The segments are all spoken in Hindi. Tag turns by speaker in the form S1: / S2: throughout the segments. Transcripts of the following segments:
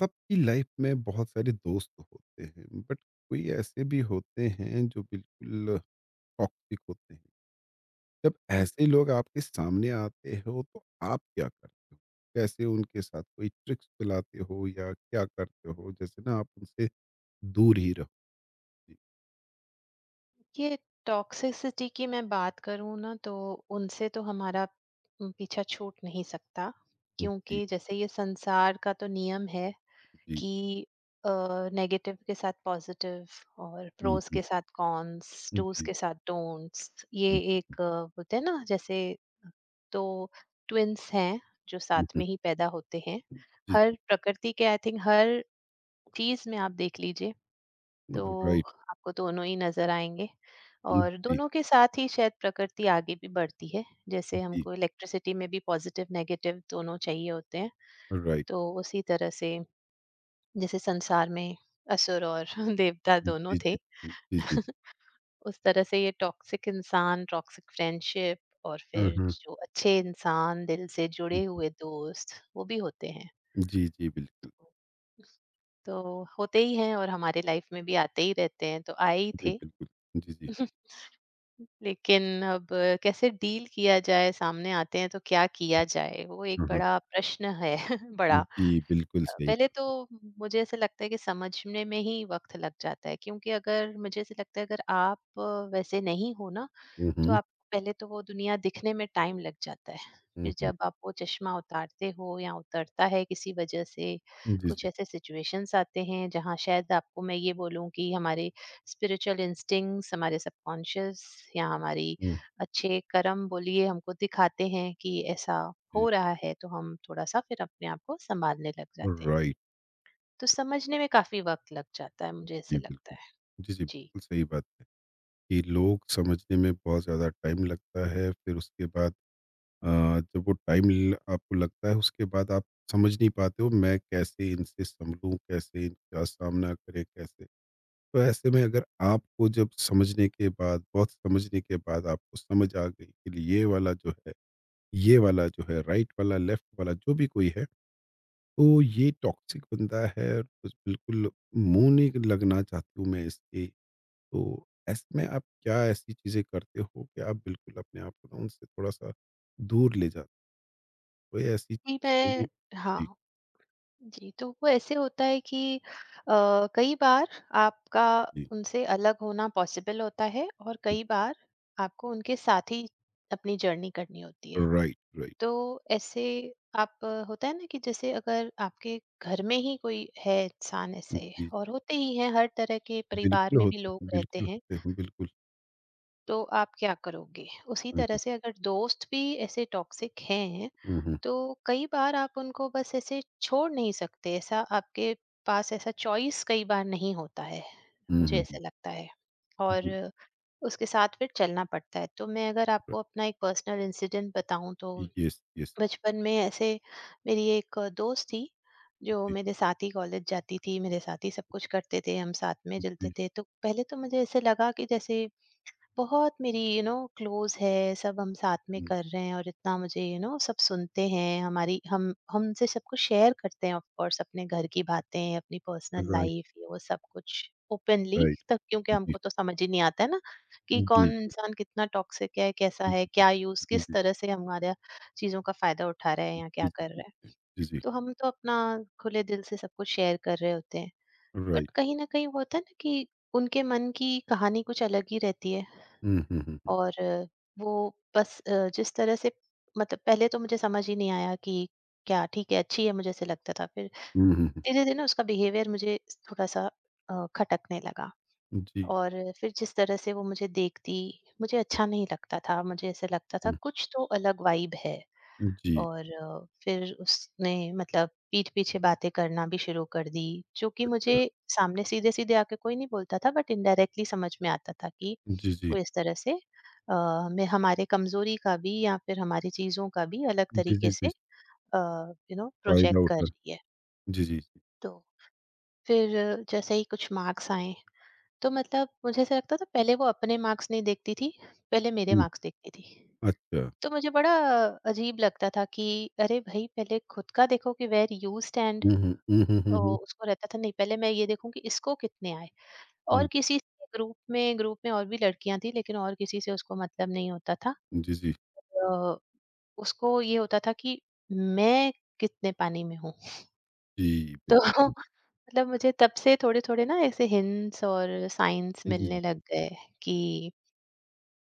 S1: सबकी लाइफ में बहुत सारे दोस्त होते हैं बट कोई ऐसे भी होते हैं जो बिल्कुल टॉक्सिक होते हैं। जब
S2: हुँ।
S1: ऐसे लोग आपके सामने आते हो तो आप क्या करते हो? कैसे उनके साथ कोई ट्रिक्स चलाते हो या क्या करते हो जैसे ना आप उनसे दूर ही रहो।
S2: ये टॉक्सिसिटी की मैं बात करूँ ना तो उनसे तो हमारा पीछा छूट नहीं सकता,
S1: जी जी।
S2: क्योंकि जैसे ये संसार का तो नियम है
S1: जी।
S2: कि अ, नेगेटिव के साथ पॉज़िटिव और प्रोज़
S1: हम्म।
S2: के साथ कॉन्स, डूज़
S1: जी।
S2: के साथ डोंट्स, ये
S1: हम्म,
S2: एक बोलते हैं ना, जैसे तो ट्विन्स हैं जो साथ
S1: हम्म।
S2: में ही पैदा होते हैं।
S1: जी
S2: हर
S1: जी।
S2: प्रकृति के आई थिंक हर चीज़ में आप देख लीजिए तो
S1: राइट।
S2: आपको दोनों ही नज़र आएँगे
S1: जी
S2: और
S1: जी।
S2: दोनों के साथ ही शायद प्रकृति आगे भी बढ़ती है। जैसे हमको इलेक्ट्रिसिटी में भी पॉज़िटिव, नेगेटिव दोनों चाहिए होते हैं।
S1: राइट।
S2: तो उसी तरह से जैसे संसार में असुर और देवता दोनों
S1: जी जी।
S2: थे,
S1: जी जी।
S2: उस तरह से ये टॉक्सिक इंसान, टॉक्सिक फ्रेंडशिप और फिर
S1: हम्म।
S2: जो अच्छे इंसान, दिल से जुड़े हुए दोस्त, वो भी होते हैं।
S1: जी जी बिल्कुल।
S2: तो तो होते ही हैं और हमारे लाइफ़ में भी आते ही रहते हैं, तो आए ही
S1: जी
S2: थे।
S1: बिल्कुल। जी जी।
S2: लेकिन अब कैसे डील किया जाए, सामने आते हैं तो क्या किया जाए, वो एक
S1: हम्म, हम्म।
S2: बड़ा प्रश्न है। बड़ा
S1: जी, बिल्कुल सही
S2: पहले तो
S1: बात।
S2: मुझे ऐसा लगता है कि समझने में ही वक्त लग जाता है, क्योंकि अगर मुझे ऐसा लगता है अगर आप वैसे नहीं हो ना
S1: हुँ,
S2: तो
S1: हुँ।
S2: आपको पहले तो वो दुनिया दिखने में टाइम लग जाता है।
S1: हुँ,
S2: फिर
S1: हुँ।
S2: जब आप वो चश्मा उतारते हो या उतरता है किसी वजह से,
S1: जी,
S2: कुछ
S1: जी।
S2: ऐसे सिचुएशंस आते हैं जहाँ शायद आपको मैं ये बोलूँ कि हमारे स्पिरिचुअल इंस्टिंक्ट्स, हमारे सबकॉन्शियस या हमारी
S1: हुँ।
S2: अच्छे कर्म बोलिए हमको दिखाते हैं कि ऐसा
S1: जी।
S2: हो रहा है, तो हम थोड़ा-सा फिर अपने आप को सँभालने लग जाते हैं।
S1: राइट।
S2: तो समझने में काफ़ी वक़्त लग जाता है, मुझे
S1: जी,
S2: ऐसे लगता
S1: बिल्कुल।
S2: है।
S1: जी, जी,
S2: जी।
S1: बिल्कुल सही बात है कि लोग समझने में बहुत ज़्यादा टाइम लगता है, फिर उसके बाद अ, जब वो टाइम ल आपको लगता है, उसके बाद आप समझ नहीं पाते हो, मैं कैसे इनसे संभलूँ, कैसे इनका सामना करें, कैसे? तो ऐसे में अगर आपको जब समझने के बाद आपको समझ आ गई कि ये वाला जो है, राइट वाला, लेफ्ट वाला, जो भी कोई है, तो ये टॉक्सिक बंदा है और बस बिल्कुल मुँह नहीं लगना चाहती हूँ मैं इसके। तो ऐसे में आप क्या ऐसी चीज़ें करते हो कि आप बिल्कुल अपने आप को ना उनसे थोड़ा-सा दूर ले जाते हो? कोई ऐसी
S2: जी,
S1: चीज़
S2: मैं
S1: होगी? जी,
S2: हाँ। जी, तो वो ऐसे होता है कि कई बार आपका
S1: जी,
S2: उनसे अलग होना पॉसिबल होता है और
S1: जी।
S2: कई बार आपको उनके साथ ही अपनी जर्नी करनी होती है।
S1: Right, right.
S2: तो ऐसे आप होता है ना कि जैसे अगर आपके घर में ही कोई है इंसान ऐसे,
S1: जी,
S2: और होते ही हैं, हर तरह के परिवार
S1: बिल्कुल
S2: में भी
S1: होते
S2: लोग
S1: हैं,
S2: रहते
S1: बिल्कुल
S2: हैं,
S1: होते हैं, बिल्कुल।
S2: तो आप क्या करोगे? उसी
S1: हुँ,
S2: तरह
S1: हुँ।
S2: से अगर दोस्त भी ऐसे टॉक्सिक हैं,
S1: हुँ, हुँ।
S2: तो कई बार आप उनको बस ऐसे छोड़ नहीं सकते, ऐसा आपके पास ऐसा चॉइस कई बार नहीं होता है,
S1: हुँ,
S2: मुझे
S1: हुँ, हुँ।
S2: ऐसा लगता है, और
S1: जी,
S2: उसके साथ फिर चलना पड़ता है। तो मैं अगर
S1: राइट।
S2: आपको अपना एक पर्सनल इंसिडेंट बताऊँ तो
S1: यस, यस।
S2: बचपन में ऐसे मेरी एक दोस्त थी, जो
S1: जी,
S2: मेरे साथ ही कॉलेज जाती थी, मेरे साथ ही सब कुछ करते थे, हम साथ में चलते
S1: जी।
S2: थे। तो पहले तो मुझे ऐसे लगा कि जैसे बहुत मेरी क्लोज है, सब हम साथ में
S1: हुँ।
S2: कर रहे हैं और इतना मुझे सब सुनते हैं, हमारी हम हमसे सब कुछ शेयर करते हैं ऑफ कोर्स, अपने घर की बातें, अपनी पर्सनल
S1: राइट,
S2: लाइफ, ये वो सब कुछ ओपनली,
S1: राइट।
S2: तब क्योंकि
S1: जी, जी,
S2: हमको तो समझ ही नहीं आता है ना कि
S1: जी,
S2: कौन इंसान कितना टॉक्सिक है, कैसा
S1: जी,
S2: है,
S1: जी, जी,
S2: क्या यूज,
S1: जी,
S2: किस
S1: जी,
S2: तरह से हमारे चीजों का फायदा उठा रहा है या क्या
S1: जी,
S2: कर
S1: जी,
S2: रहा है,
S1: जी, जी।
S2: तो हम तो अपना खुले दिल से सब कुछ शेयर कर रहे होते हैं।
S1: राइट।
S2: बट कहीं ना कहीं वो होता है ना कि उनके मन की कहानी कुछ अलग ही रहती है।
S1: हुँ, हुँ, हुँ, हुँ।
S2: और वो बस जिस तरह से, मतलब पहले तो मुझे समझ ही नहीं आया कि क्या ठीक है, अच्छी है, मुझे ऐसे लगता था। फिर
S1: हुँ, हुँ, हुँ।
S2: धीरे-धीरे ना उसका बिहेवियर मुझे थोड़ा-सा खटकने लगा,
S1: जी।
S2: और फिर जिस तरह से वो मुझे देखती, मुझे अच्छा नहीं लगता था। मुझे ऐसे लगता था
S1: हुँ,
S2: कुछ तो अलग वाइब है।
S1: जी,
S2: और फिर उसने मतलब पीठ पीछे बातें करना भी शुरू कर दी, जो कि मुझे सामने सीधे सीधे आके कोई नहीं बोलता था, बट इनडायरेक्टली समझ में आता था कि
S1: जी, जी।
S2: वो इस तरह से हमें हमारे कमजोरी का भी या फिर हमारी चीजों का भी अलग
S1: जी, जी,
S2: तरीके
S1: जी।
S2: से
S1: फ़ायदा
S2: प्रोजेक्ट कर
S1: उठा।
S2: रही है।
S1: जी, जी, जी।
S2: तो फिर जैसे ही कुछ मार्क्स आए, तो मतलब मुझे ऐसा लगता था पहले वो अपने मार्क्स नहीं देखती थी, पहले मेरे
S1: हुँ,
S2: मार्क्स देखती थी।
S1: अच्छा।
S2: तो मुझे बड़ा अजीब लगता था कि अरे भाई, पहले खुद का देखो कि वेयर यू स्टैंड।
S1: हुँ, हुँ, हुँ, हुँ, हुँ, हुँ।
S2: उसको रहता था नहीं, पहले मैं ये देखूं कि इसको कितने आए,
S1: हुँ,
S2: और किसी से, ग्रुप में और भी लड़कियां थी लेकिन और किसी से उसको मतलब नहीं होता था।
S1: जी, जी,
S2: अ, उसको ये होता था कि मैं कितने पानी में हूँ।
S1: जी, बिल।
S2: तो मतलब मुझे तब से थोड़े थोड़े ना ऐसे हिंट्स और साइंस
S1: जी, जी,
S2: मिलने लग गए कि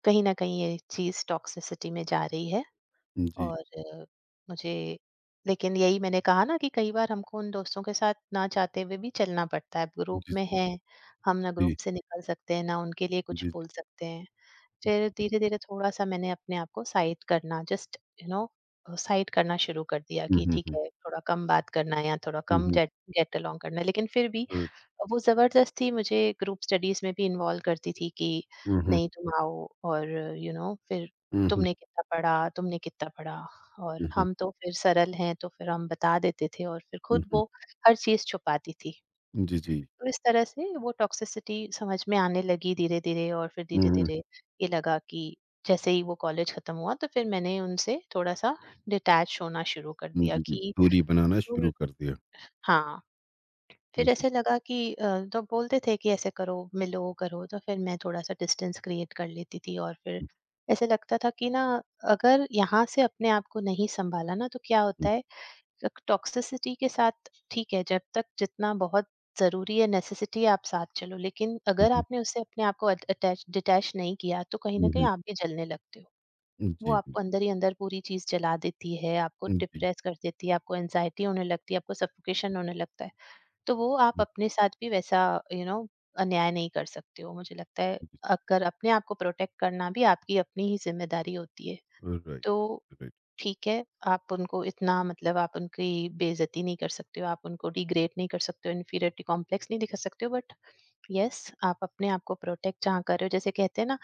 S2: कहीं ना कहीं ये चीज टॉक्सिसिटी में जा रही है।
S1: जी,
S2: और अ, मुझे लेकिन यही मैंने कहा ना कि कई बार हमको उन दोस्तों के साथ ना चाहते हुए भी चलना पड़ता है। अब ग्रुप
S1: जी,
S2: में हैं, हम ना ग्रुप
S1: जी,
S2: से निकल सकते हैं, ना उनके लिए कुछ
S1: जी, जी।
S2: बोल सकते हैं। फिर धीरे-धीरे थोड़ा-सा मैंने अपने आप को साइड करना, जस्ट यू नो साइड करना शुरू कर दिया,
S1: हुँ,
S2: कि
S1: हुँ,
S2: ठीक
S1: हुँ,
S2: है, थोड़ा कम बात करना है या थोड़ा
S1: हुँ,
S2: कम
S1: हुँ,
S2: गेट गेट अलोंग करना है। लेकिन फिर भी
S1: हाँ।
S2: वो ज़बरदस्ती मुझे ग्रुप स्टडीज़ में भी इन्वॉल्व करती थी कि
S1: हुँ, हुँ,
S2: नहीं तुम आओ, और फिर
S1: हुँ, हुँ,
S2: तुमने कितना पढ़ा तुमने कितना पढ़ा, और
S1: हुँ, हुँ,
S2: हम तो फिर सरल हैं तो फिर हम बता देते थे, और फिर
S1: हुँ,
S2: खुद
S1: हुँ।
S2: वो हर चीज़ छुपाती थी।
S1: जी, जी।
S2: तो इस तरह से वो टॉक्सिसिटी समझ में आने लगी धीरे धीरे, और फिर
S1: हुँ,
S2: धीरे
S1: हुँ,
S2: धीरे ये लगा कि जैसे ही वो कॉलेज खत्म हुआ तो फिर मैंने उनसे थोड़ा सा डिटैच होना शुरू कर
S1: हुँ।
S2: दिया,
S1: जी, जी।
S2: कि
S1: दूरी बनाना
S2: जो
S1: शुरू कर दिया।
S2: हाँ, फिर
S1: हुँ,
S2: ऐसे लगा कि तो बोलते थे कि ऐसे करो, मिलो करो, तो फिर मैं थोड़ा सा डिस्टेंस क्रिएट कर लेती थी। और फिर
S1: हुँ,
S2: ऐसे लगता था कि ना अगर यहाँ से अपने आप को नहीं संभाला ना तो क्या
S1: हुँ,
S2: होता है। टॉक्सिसिटी के साथ ठीक है जब तक जितना बहुत जरूरी है, नेसेसिटी, आप साथ चलो, लेकिन अगर
S1: हुँ,
S2: आपने उससे अपने आप को अटैच डिटैच नहीं किया तो कहीं ना
S1: हुँ, हुँ,
S2: कहीं
S1: हुँ।
S2: आप भी जलने लगते हो। वो
S1: जी, बिल्कुल।
S2: आपको अंदर ही अंदर पूरी चीज जला देती है, आपको
S1: जी।
S2: डिप्रेस कर देती है, आपको एनजाइटी होने लगती है, आपको सफोकेशन होने लगता है। तो वो आप
S1: हुँ,
S2: अपने साथ भी वैसा यू नो अन्याय नहीं कर सकते हो, मुझे लगता है। अगर अपने आप को प्रोटेक्ट करना भी आपकी अपनी ही जिम्मेदारी होती है
S1: हुँ। राइट,
S2: तो
S1: राइट।
S2: ठीक है, आप उनको इतना मतलब आप उनकी बेइज्जती नहीं कर सकते हो, आप उनको डिग्रेड नहीं कर सकते हो, इन्फीरियरिटी कॉम्प्लेक्स नहीं दिखा सकते हो, बट यस, आप अपने आप को प्रोटेक्ट जहाँ कर रहे हो, जैसे कहते हैं ना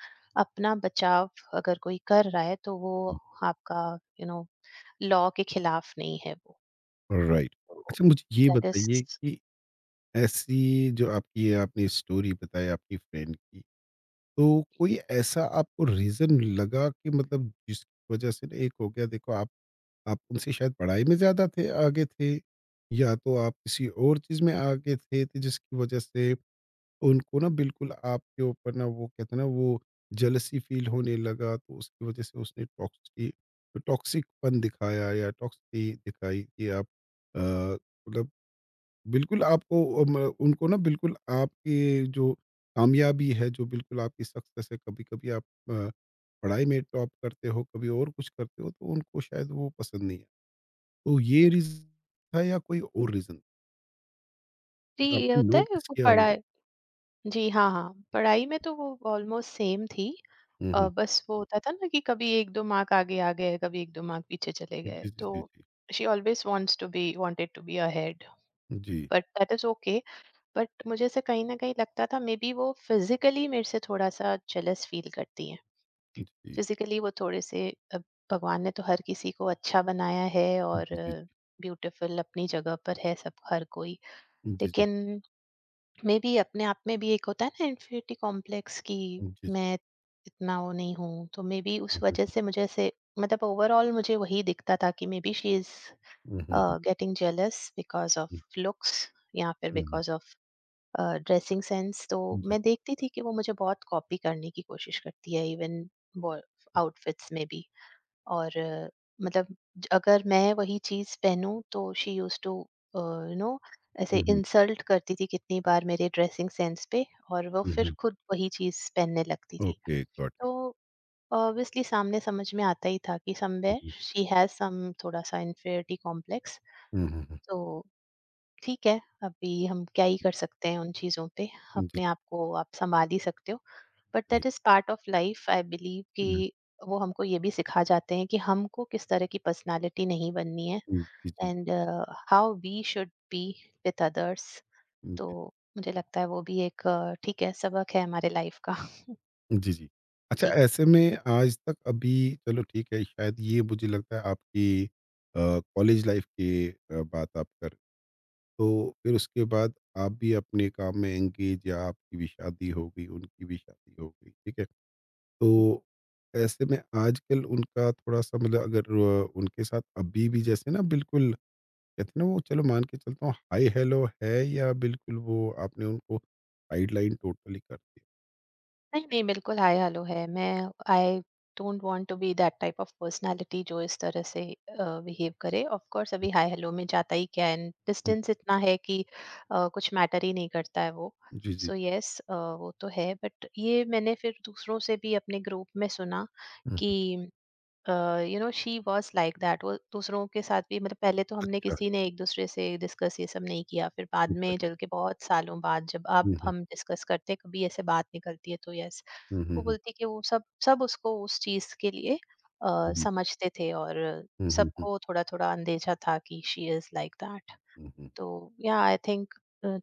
S2: अपना बचाव अगर कोई कर रहा है, तो वो आपका यू नो लॉ के खिलाफ नहीं है, वो
S1: राइट। अच्छा मुझे ये
S2: दैट
S1: बताइए
S2: इज।
S1: कि ऐसी जो आपकी आपने स्टोरी बताई आपकी फ्रेंड की, तो कोई ऐसा आपको रीज़न लगा कि मतलब जिसकी वज़ह से ना एक हो गया, देखो आप उनसे शायद पढ़ाई में ज़्यादा थे आगे थे, या तो आप किसी और चीज़ में आगे थे, तो जिसकी वज़ह से उनको ना बिल्कुल आपके ऊपर ना वो कहते हैं ना वो जेलसी फ़ील होने लगा, तो उसकी वज़ह से उसने टॉक्सिकपन दिखाया या टॉक्सिसिटी दिखाई कि आप अ, मतलब बिल्कुल आपको उनको ना बिल्कुल आपकी जो कामयाबी है, जो बिल्कुल आपकी सक्सेस है, कभी-कभी आप अ, पढ़ाई में टॉप करते हो, कभी और कुछ करते हो, तो उनको शायद वो पसंद नहीं है। तो ये रीज़न था या कोई और रीज़न
S2: जी,
S1: जो
S2: ये
S1: आपने
S2: होता है,
S1: नोटिस
S2: वो
S1: किया हो?
S2: पढ़ा है। जी, हाँ, हाँ। पढ़ाई में तो वो ऑलमोस्ट सेम थी।
S1: हुँ, हुँ।
S2: बस वो होता था ना कि कभी 1-2 मार्क आगे आ गए, कभी 1-2 मार्क पीछे चले गए।
S1: जी, जी,
S2: तो
S1: जी, जी।
S2: She always wants to be wanted to be ahead,
S1: जी,
S2: but that is okay. But मुझे ऐसे कहीं न कहीं लगता था मेबी वो फिज़िकली मेरे से थोड़ा-सा जेलस फ़ील करती हैं।
S1: जी।
S2: फिज़िकली वो थोड़े-से, अब भगवान ने तो हर किसी को अच्छा बनाया है,
S1: जी,
S2: और
S1: जी, जी।
S2: ब्यूटीफुल अपनी जगह पर है सब, हर कोई।
S1: जी, जी।
S2: लेकिन मे बी अपने आप में भी एक होता है ना इन्फिनिटी कॉम्प्लेक्स कि
S1: जी, जी।
S2: मैं इतना वो नहीं हूँ, तो मे बी उस वजह से मुझे ऐसे, मतलब ओवरऑल मुझे वही दिखता था कि मे बी शी इज
S1: हुँ, हुँ, हुँ।
S2: गेटिंग जेलस बिकॉज
S1: हुँ,
S2: ऑफ लुक्स या फिर
S1: हुँ, हुँ।
S2: Because of dressing sense. तो
S1: हुँ, हुँ। जी।
S2: मैं देखती थी कि वो मुझे बहुत कॉपी करने की कोशिश करती है, इवन आउटफिट्स में भी। और मतलब ज अगर मैं वही चीज़ पहनूँ तो she used to uh, you know ऐसे
S1: हुँ, हुँ।
S2: इंसल्ट करती थी कितनी बार मेरे ड्रेसिंग सेंस पे, और वो
S1: हुँ,
S2: फिर
S1: हुँ।
S2: खुद वही चीज़ पहनने लगती थी।
S1: Okay, got it.
S2: तो ऑब्वियसली सामने समझ में आता ही था कि
S1: हुँ,
S2: समवेयर
S1: हुँ।
S2: शी हैज़ सम थोड़ा-सा इन्फीरियरिटी कॉम्प्लेक्स।
S1: हुँ, हुँ, हुँ।
S2: तो ठीक है, अभी हम क्या ही कर सकते हैं उन चीज़ों पे,
S1: जी,
S2: अपने आप को आप सँभाल ही सकते हो। बट
S1: जी।
S2: That is part of life I believe,
S1: हुँ,
S2: कि वो हमको ये भी सिखा जाते हैं कि हमको किस तरह की पर्सनालिटी नहीं बननी है
S1: हुँ। जी, जी।
S2: And how we should be with others.
S1: हुँ।
S2: तो मुझे लगता है वो भी एक ठीक है सबक है हमारे लाइफ का।
S1: जी, जी। अच्छा
S2: जी।
S1: ऐसे में आज तक अभी चलो ठीक है, शायद ये मुझे लगता है आपकी कॉलेज लाइफ़ की बात आप कर, तो फिर उसके बाद आप भी अपने काम में एंगेज या आपकी भी शादी हो गई, उनकी भी शादी हो गई, ठीक है? तो ऐसे में आजकल उनका थोड़ा-सा मतलब अगर उनके साथ अभी भी जैसे ना बिल्कुल कहते हैं ना वो चलो मान के चलता हूँ हाय हेलो है, या बिल्कुल वो आपने उनको साइड लाइन टोटली कर दिया?
S2: नहीं, नहीं, बिल्कुल हाय-हेलो है। मैं I don't want to be that type of personality जो इस तरह से बिहेव करे। ऑफ कोर्स
S1: हुँ,
S2: अभी हाय-हेलो में जाता ही क्या है, एंड
S1: हुँ।
S2: डिस्टेंस इतना है कि कुछ मैटर ही नहीं करता है वो।
S1: जी, जी।
S2: सो, यस, वो तो है, बट ये मैंने फिर दूसरों से भी अपने ग्रुप में सुना
S1: हुँ, हुँ।
S2: कि uh, she was like that, वो दूसरों के साथ भी, मतलब पहले तो हमने
S1: अच्छा।
S2: किसी ने एक-दूसरे से डिस्कस ये सब नहीं किया। फिर बाद
S1: अच्छा।
S2: में चल के बहुत सालों बाद जब अब
S1: हुँ, हुँ।
S2: हम डिस्कस करते हैं, कभी ऐसे बात निकलती है तो यस,
S1: हुँ, हुँ,
S2: वो
S1: हुँ।
S2: बोलती कि वो सब सब उसको उस चीज़ के लिए
S1: हुँ, हुँ।
S2: समझते थे। और
S1: हुँ, हुँ, हुँ।
S2: सबको थोड़ा-थोड़ा अंदेशा था कि शी इज़ लाइक दैट।
S1: हुँ, हुँ।
S2: तो या आई थिंक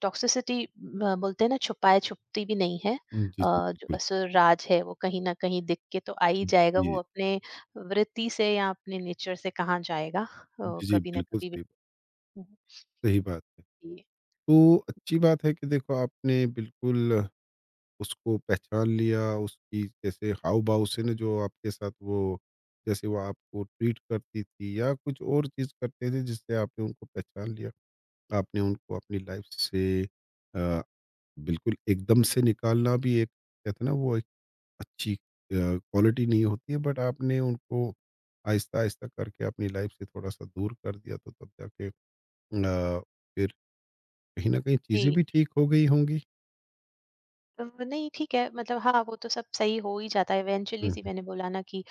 S2: टॉक्सिसिटी बोलते हैं ना, छुपाए-छुपती भी नहीं है।
S1: हुँ, जी, जी,
S2: जो
S1: बिल्कुल।
S2: असुर राज है वो कहीं न कहीं दिख के तो आ ही जाएगा। वो
S1: जी,
S2: अपने वृत्ति से या अपने नेचर से कहाँ जाएगा।
S1: जी, जी,
S2: कभी न
S1: बिल्कुल
S2: कभी।
S1: सही
S2: हुँ।
S1: सही बात है।
S2: जी,
S1: तो अच्छी बात है कि देखो आपने बिल्कुल उसको पहचान लिया, उसकी जैसे हाव-भाव से ना जो आपके साथ वो, जैसे वो आपको ट्रीट करती थी या कुछ और चीज़ करते थे, जिससे आपने उनको पहचान लिया। आपने उनको अपनी लाइफ से अ, बिल्कुल एकदम से निकालना भी एक कहते हैं ना वो एक अच्छी क्वालिटी नहीं होती है, बट आपने उनको आहिस्ता-आहिस्ता करके अपनी लाइफ से थोड़ा-सा दूर कर दिया, तो तब जाके अ, फिर कहीं न कहीं चीज़ें
S2: जी।
S1: भी ठीक हो गई होंगी।
S2: नहीं ठीक है, मतलब हाँ, वो तो सब सही हो ही जाता है
S1: हुँ,
S2: इवेंचुअली। सी,
S1: हुँ,
S2: मैंने बोला ना कि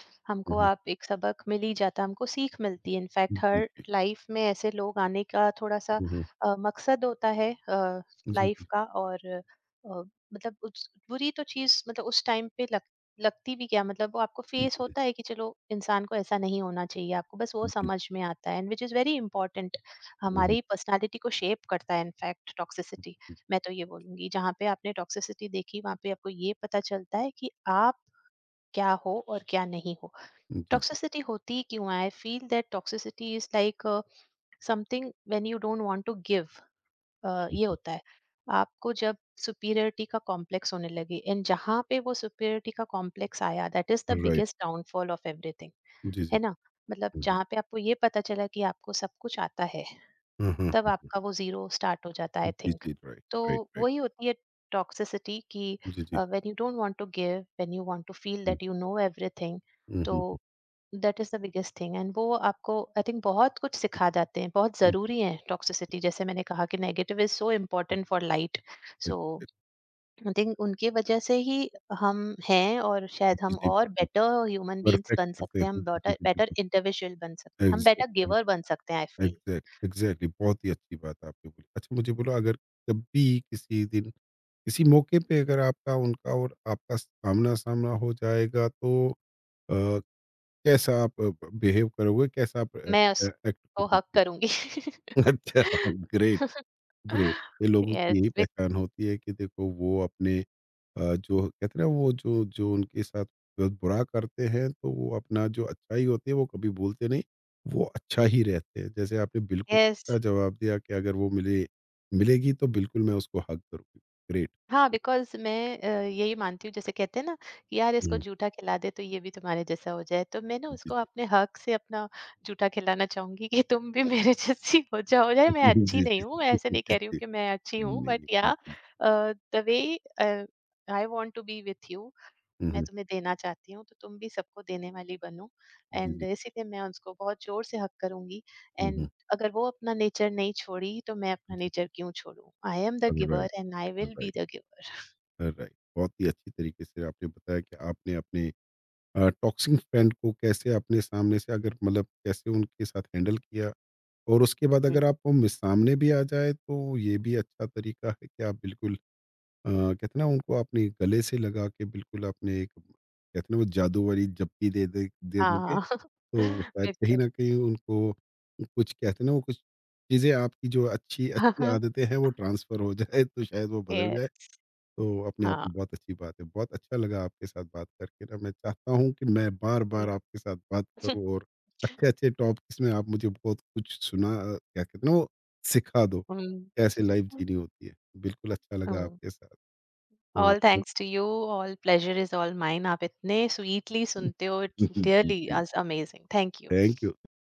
S1: हुँ,
S2: हमको
S1: हुँ।
S2: आप एक सबक मिल ही जाता है, हमको सीख मिलती है इनफैक्ट।
S1: जी।
S2: हर लाइफ में ऐसे लोग आने का थोड़ा-सा
S1: हुँ, हुँ।
S2: मकसद होता है
S1: जी,
S2: लाइफ
S1: जी।
S2: का। और मतलब उस बुरी तो चीज़, मतलब उस टाइम पे लग लगती भी क्या, मतलब वो आपको फेस होता है कि चलो इंसान को ऐसा नहीं होना चाहिए, आपको बस वो
S1: हुँ। जी।
S2: समझ में आता है and which is very important.
S1: हुँ, हुँ,
S2: हमारी पर्सनैलिटी को शेप करता है इनफैक्ट टॉक्सिसिटी।
S1: हुँ।
S2: मैं तो ये बोलूँगी, जहाँ पे आपने टॉक्सिसिटी देखी वहाँ पे आपको ये पता चलता है कि आप क्या हो और क्या नहीं हो।
S1: जी, जी।
S2: टॉक्सिसिटी होती क्यों है? I feel that toxicity is like something when you don't want to give,
S1: हुँ,
S2: ये
S1: हुँ।
S2: होता है। आपको जब सुपीरियरिटी का कॉम्प्लेक्स होने लगे, एंड जहाँ पे वो सुपीरियरिटी का कॉम्प्लेक्स आया, that is the
S1: right.
S2: Biggest downfall of everything,
S1: जी, जी।
S2: है ना? मतलब
S1: हुँ, हुँ।
S2: जहाँ पे आपको ये पता चला कि आपको सब कुछ आता है,
S1: हाँ, हाँ,
S2: तब
S1: हाँ।
S2: आपका वो ज़ीरो स्टार्ट हो जाता है आई
S1: जी,
S2: थिंक।
S1: जी। राइट,
S2: तो
S1: राइट, राइट।
S2: वही होती है टॉक्सिसिटी कि
S1: जी, जी।
S2: When you don't want to give, when you want to feel
S1: हुँ,
S2: दैट यू नो एवरीथिंग,
S1: हुँ,
S2: तो
S1: हुँ,
S2: that is the biggest thing. And वो आपको आई थिंक बहुत कुछ सिखा जाते हैं, बहुत
S1: हुँ।
S2: ज़रूरी है टॉक्सिसिटी। जैसे मैंने कहा कि negative is so important for light. So I think उनकी वजह से ही हम हैं, और शायद
S1: जी,
S2: हम
S1: जी,
S2: और
S1: बिल्कुल।
S2: बेटर ह्यूमन बीइंग्स
S1: परफेक्ट
S2: बन
S1: करते हैं।
S2: सकते हैं,
S1: जी,
S2: हम
S1: जी,
S2: बेटर
S1: जी,
S2: बेटर
S1: बिल्कुल।
S2: इंडिविजुअल बन सकते हैं, हम बेटर
S1: एग्ज़ैक्ट,
S2: गिवर बन सकते हैं I
S1: exact.
S2: Feel.
S1: Exact exactly बहुत ही अच्छी बात आपने बोली। अच्छा मुझे बोलो अगर जब भी किसी दिन, किसी मौके पे अगर आपका, उनका और आपका आमना-सामना हो जाएगा, तो अ, कैसा आप ब बिहेव करोगे? कैसा आप
S2: मैं
S1: एक्ट
S2: उसको हग
S1: करोगे?
S2: करूँगी।
S1: अच्छा, ग्रेट। ग्रेट। ये लोगों की
S2: येस,
S1: यही
S2: बिक
S1: पहचान होती है कि देखो वो अपने जो कहते हैं ना वो जो जो उनके साथ ब बुरा करते हैं, तो वो अपना जो अच्छाई होती है वो कभी भूलते नहीं, वो अच्छा ही रहते हैं। जैसे आपने बिल्कुल
S2: येस।
S1: अच्छा जवाब दिया कि अगर वो मिलेगी तो बिल्कुल मैं उसको हग करूँगी। ग्रेट।
S2: हाँ, बिकॉज़ मैं यही मानती हूँ, जैसे कहते हैं ना, कि यार इसको
S1: हुँ,
S2: जूठा खिला दे तो ये भी तुम्हारे जैसा हो जाए, तो मैं ना
S1: जी,
S2: उसको
S1: जी।
S2: अपने हग से अपना जूठा खिलाना चाहूँगी कि तुम भी मेरे जैसी हो जाओ। या मैं अच्छी
S1: जी, जी।
S2: नहीं हूँ, मैं ऐसे नहीं
S1: जी,
S2: कह रही हूँ
S1: जी।
S2: कि मैं अच्छी हूँ,
S1: नहीं,
S2: बट या
S1: बिल्कुल।
S2: The way uh, I want to be with you,
S1: हुँ,
S2: मैं
S1: हुँ।
S2: तुम्हें देना चाहती हूँ तो तुम भी सबको देने वाली बनो।
S1: जी,
S2: एंड
S1: जी।
S2: इसीलिए मैं उसको बहुत जोर से हक करूंगी,
S1: हुँ,
S2: एंड
S1: हुँ।
S2: अगर वो अपना नेचर नहीं छोड़ी तो मैं अपना
S1: जी।
S2: नेचर क्यों छोड़ूं। I am the
S1: alright,
S2: giver and I will be
S1: alright,
S2: the giver.
S1: Alright. बहुत ही अच्छी तरीके से आपने बताया कि आपने अपने टॉक्सिक फ्रेंड को कैसे अपने सामने से, अगर मतलब कैसे उनके साथ हैंडल किया, और उसके बाद अगर आप वो सामने भी आ जाए तो ये भी अच्छा तरीका है कि आप बिल्कुल कहते हैं ना उनको अपने गले से लगा के, बिल्कुल अपने एक कहते हैं ना वो जादू वाली जप्पी दे दे दे दोगे
S2: हाँ।
S1: तो शायद कहीं
S2: बिल्कुल।
S1: ना कहीं उनको कुछ कहते हैं ना वो कुछ चीज़ें आपकी जो अच्छी अच्छी
S2: हाँ,
S1: आदतें हैं वो ट्रांसफ़र हो जाए, तो शायद वो बदल
S2: yes,
S1: जाए, तो अपने आप में बहुत अच्छी बात है। बहुत अच्छा लगा आपके साथ बात करके ना, मैं चाहता हूँ कि मैं बार-बार आपके साथ बात करूँ और अच्छे-अच्छे टॉपिक्स में आप मुझे बहुत कुछ सुना क्या कहते हैं ना वो सिखा दो, कैसे लाइफ़ जीनी होती है। बिल्कुल अच्छा लगा
S2: हाँ।
S1: आपके साथ तो
S2: all thanks to you. All pleasure is all mine. आप इतने स्वीटली सुनते हो, इट रियली
S1: जी,
S2: is amazing. Thank you.
S1: Thank you.